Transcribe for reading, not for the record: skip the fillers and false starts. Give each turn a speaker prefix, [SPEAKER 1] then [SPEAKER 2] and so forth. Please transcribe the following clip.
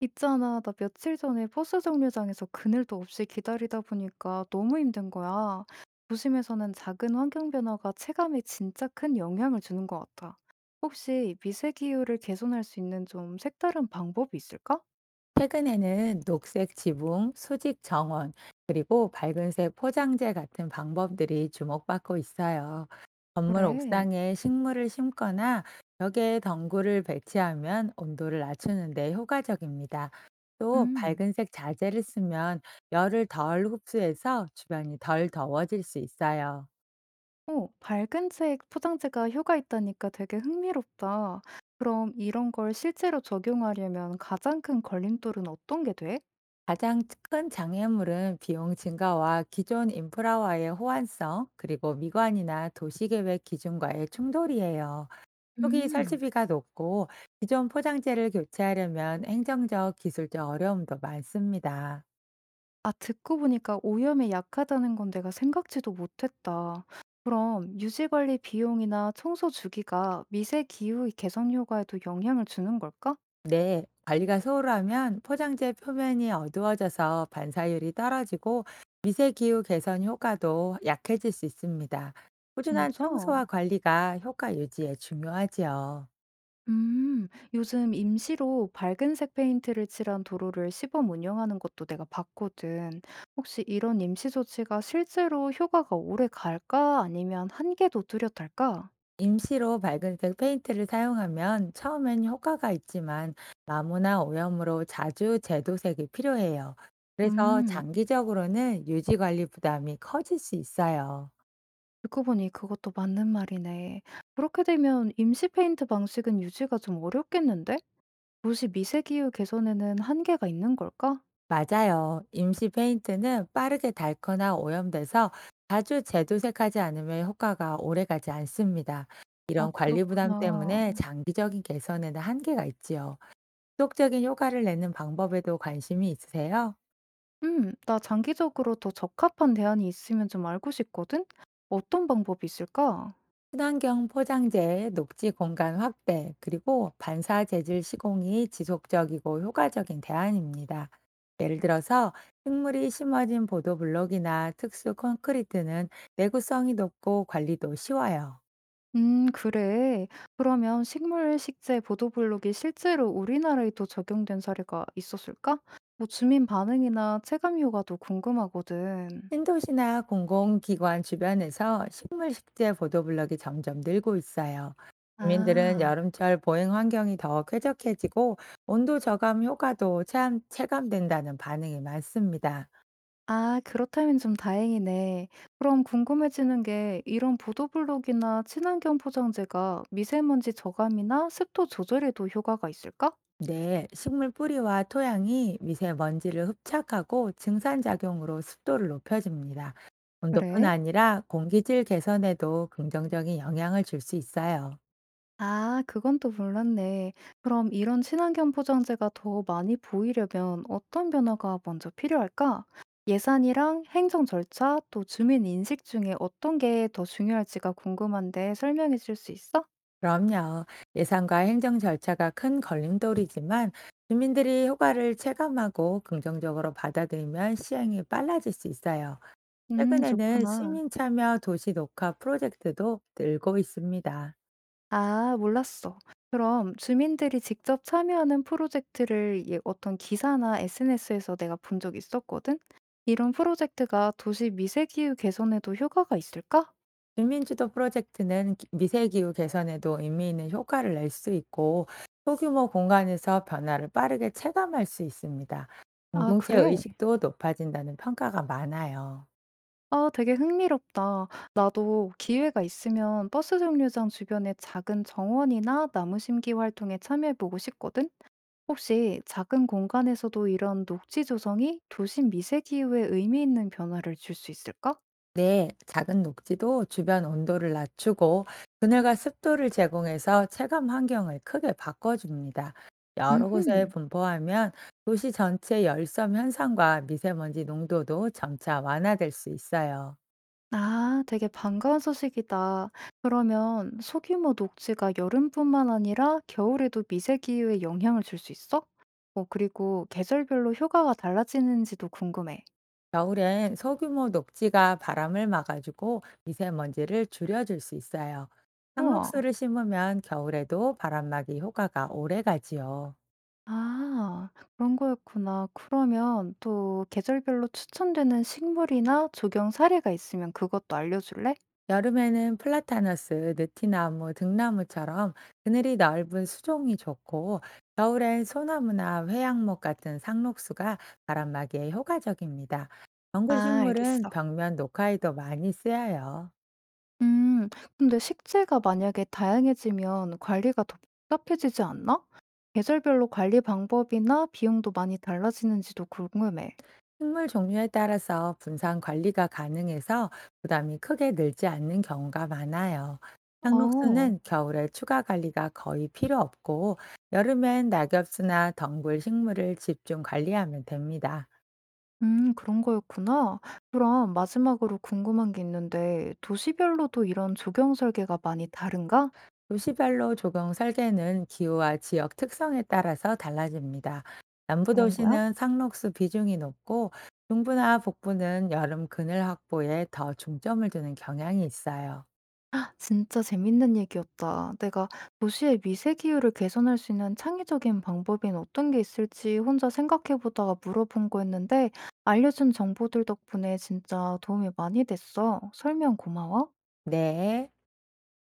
[SPEAKER 1] 있잖아, 나 며칠 전에 버스 정류장에서 그늘도 없이 기다리다 보니까 너무 힘든 거야. 도심에서는 작은 환경 변화가 체감에 진짜 큰 영향을 주는 것 같아. 혹시 미세 기후를 개선할 수 있는 좀 색다른 방법이 있을까?
[SPEAKER 2] 최근에는 녹색 지붕, 수직 정원, 그리고 밝은색 포장재 같은 방법들이 주목받고 있어요. 건물
[SPEAKER 1] 그래.
[SPEAKER 2] 옥상에 식물을 심거나 벽에 덩굴을 배치하면 온도를 낮추는데 효과적입니다. 또
[SPEAKER 1] 음.
[SPEAKER 2] 밝은색 자재를 쓰면 열을 덜 흡수해서 주변이 덜 더워질 수 있어요.
[SPEAKER 1] 오, 밝은 책 포장재가 효과 있다니까 되게 흥미롭다. 그럼 이런 걸 실제로 적용하려면 가장 큰 걸림돌은 어떤 게 돼?
[SPEAKER 2] 가장 큰 장애물은 비용 증가와 기존 인프라와의 호환성, 그리고 미관이나 도시계획 기준과의 충돌이에요. 초기
[SPEAKER 1] 음.
[SPEAKER 2] 설치비가 높고 기존 포장재를 교체하려면 행정적, 기술적 어려움도 많습니다.
[SPEAKER 1] 아, 듣고 보니까 오염에 약하다는 건 내가 생각지도 못했다. 그럼 유지 관리 비용이나 청소 주기가 미세 기후 개선 효과에도 영향을 주는 걸까?
[SPEAKER 2] 네, 관리가 소홀하면 포장재 표면이 어두워져서 반사율이 떨어지고 미세 기후 개선 효과도 약해질 수 있습니다. 꾸준한
[SPEAKER 1] 진짜?
[SPEAKER 2] 청소와 관리가 효과 유지에 중요하지요.
[SPEAKER 1] 음, 요즘 임시로 밝은색 페인트를 칠한 도로를 시범 운영하는 것도 내가 봤거든. 혹시 이런 임시 조치가 실제로 효과가 오래 갈까? 아니면 한계도 뚜렷할까?
[SPEAKER 2] 임시로 밝은색 페인트를 사용하면 처음엔 효과가 있지만 마모나 오염으로 자주 재도색이 필요해요. 그래서
[SPEAKER 1] 음.
[SPEAKER 2] 장기적으로는 유지 관리 부담이 커질 수 있어요.
[SPEAKER 1] 듣고 보니 그것도 맞는 말이네. 그렇게 되면 임시 페인트 방식은 유지가 좀 어렵겠는데? 도시 미세기후 개선에는 한계가 있는 걸까?
[SPEAKER 2] 맞아요. 임시 페인트는 빠르게 닳거나 오염돼서 자주 재도색하지 않으면 효과가 오래가지 않습니다.
[SPEAKER 1] 아,
[SPEAKER 2] 이런 관리 부담
[SPEAKER 1] 그렇구나.
[SPEAKER 2] 때문에 장기적인 개선에는 한계가 있지요. 지속적인 효과를 내는 방법에도 관심이 있으세요?
[SPEAKER 1] 나 장기적으로 더 적합한 대안이 있으면 좀 알고 싶거든? 어떤 방법이 있을까?
[SPEAKER 2] 친환경 포장재, 녹지 공간 확대, 그리고 반사 재질 시공이 지속적이고 효과적인 대안입니다. 예를 들어서 식물이 심어진 보도블록이나 특수 콘크리트는 내구성이 높고 관리도 쉬워요.
[SPEAKER 1] 그래. 그러면 식물 식재 보도블록이 실제로 우리나라에도 적용된 사례가 있었을까? 뭐 주민 반응이나 체감 효과도 궁금하거든.
[SPEAKER 2] 신도시나 공공기관 주변에서 식물 식재 보도블록이 점점 늘고 있어요. 주민들은
[SPEAKER 1] 아.
[SPEAKER 2] 여름철 보행 환경이 더 쾌적해지고 온도 저감 효과도 체감된다는 반응이 많습니다.
[SPEAKER 1] 아 그렇다면 좀 다행이네. 그럼 궁금해지는 게 이런 보도블록이나 친환경 포장재가 미세먼지 저감이나 습도 조절에도 효과가 있을까?
[SPEAKER 2] 네, 식물 뿌리와 토양이 미세먼지를 흡착하고 증산작용으로 습도를 높여줍니다. 온도뿐
[SPEAKER 1] 그래?
[SPEAKER 2] 아니라 공기질 개선에도 긍정적인 영향을 줄 수 있어요.
[SPEAKER 1] 아, 그건 또 몰랐네. 그럼 이런 친환경 포장재가 더 많이 보이려면 어떤 변화가 먼저 필요할까? 예산이랑 행정 절차, 또 주민 인식 중에 어떤 게 더 중요할지가 궁금한데 설명해 줄 수 있어?
[SPEAKER 2] 그럼요. 예산과 행정 절차가 큰 걸림돌이지만 주민들이 효과를 체감하고 긍정적으로 받아들이면 시행이 빨라질 수 있어요. 최근에는
[SPEAKER 1] 좋구나.
[SPEAKER 2] 시민 참여 도시 녹화 프로젝트도 늘고 있습니다.
[SPEAKER 1] 아 몰랐어. 그럼 주민들이 직접 참여하는 프로젝트를 예 어떤 기사나 SNS에서 내가 본 적 있었거든? 이런 프로젝트가 도시 미세기후 개선에도 효과가 있을까?
[SPEAKER 2] 주민주도 프로젝트는 미세기후 개선에도 의미 있는 효과를 낼 수 있고 소규모 공간에서 변화를 빠르게 체감할 수 있습니다.
[SPEAKER 1] 아
[SPEAKER 2] 공동체
[SPEAKER 1] 그래?
[SPEAKER 2] 의식도 높아진다는 평가가 많아요.
[SPEAKER 1] 아 되게 흥미롭다. 나도 기회가 있으면 버스 정류장 주변의 작은 정원이나 나무 심기 활동에 참여해 보고 싶거든? 혹시 작은 공간에서도 이런 녹지 조성이 도시 미세기후에 의미 있는 변화를 줄 수 있을까?
[SPEAKER 2] 네, 작은 녹지도 주변 온도를 낮추고 그늘과 습도를 제공해서 체감 환경을 크게 바꿔줍니다. 여러 곳에
[SPEAKER 1] 음흠.
[SPEAKER 2] 분포하면 도시 전체 열섬 현상과 미세먼지 농도도 점차 완화될 수 있어요.
[SPEAKER 1] 아, 되게 반가운 소식이다. 그러면 소규모 녹지가 여름뿐만 아니라 겨울에도 미세 기후에 영향을 줄 수 있어? 어, 그리고 계절별로 효과가 달라지는지도 궁금해.
[SPEAKER 2] 겨울엔 소규모 녹지가 바람을 막아주고 미세먼지를 줄여줄 수 있어요.
[SPEAKER 1] 우와.
[SPEAKER 2] 상록수를 심으면 겨울에도 바람막이 효과가 오래가지요.
[SPEAKER 1] 아, 그런 거였구나. 그러면 또 계절별로 추천되는 식물이나 조경 사례가 있으면 그것도 알려줄래?
[SPEAKER 2] 여름에는 플라타너스, 느티나무, 등나무처럼 그늘이 넓은 수종이 좋고, 겨울엔 소나무나 회양목 같은 상록수가 바람막이에 효과적입니다. 덩굴
[SPEAKER 1] 아,
[SPEAKER 2] 식물은
[SPEAKER 1] 알겠어.
[SPEAKER 2] 벽면 녹화에도 많이 쓰여요.
[SPEAKER 1] 음, 근데 식재가 만약에 다양해지면 관리가 더 복잡해지지 않나? 계절별로 관리 방법이나 비용도 많이 달라지는지도 궁금해.
[SPEAKER 2] 식물 종류에 따라서 분산 관리가 가능해서 부담이 크게 늘지 않는 경우가 많아요.
[SPEAKER 1] 어,
[SPEAKER 2] 상록수는 겨울에 추가 관리가 거의 필요 없고, 여름엔 낙엽수나 덩굴 식물을 집중 관리하면 됩니다.
[SPEAKER 1] 그런 거였구나. 그럼 마지막으로 궁금한 게 있는데, 도시별로도 이런 조경 설계가 많이 다른가?
[SPEAKER 2] 도시별로 조경 설계는 기후와 지역 특성에 따라서 달라집니다.
[SPEAKER 1] 그런 거야?
[SPEAKER 2] 남부도시는 상록수 비중이 높고, 중부나 북부는 여름 그늘 확보에 더 중점을 두는 경향이 있어요.
[SPEAKER 1] 진짜 재밌는 얘기였다. 내가 도시의 미세 기후를 개선할 수 있는 창의적인 방법인 어떤 게 있을지 혼자 생각해 보다가 물어본 거였는데 알려준 정보들 덕분에 진짜 도움이 많이 됐어. 설명 고마워.
[SPEAKER 2] 네.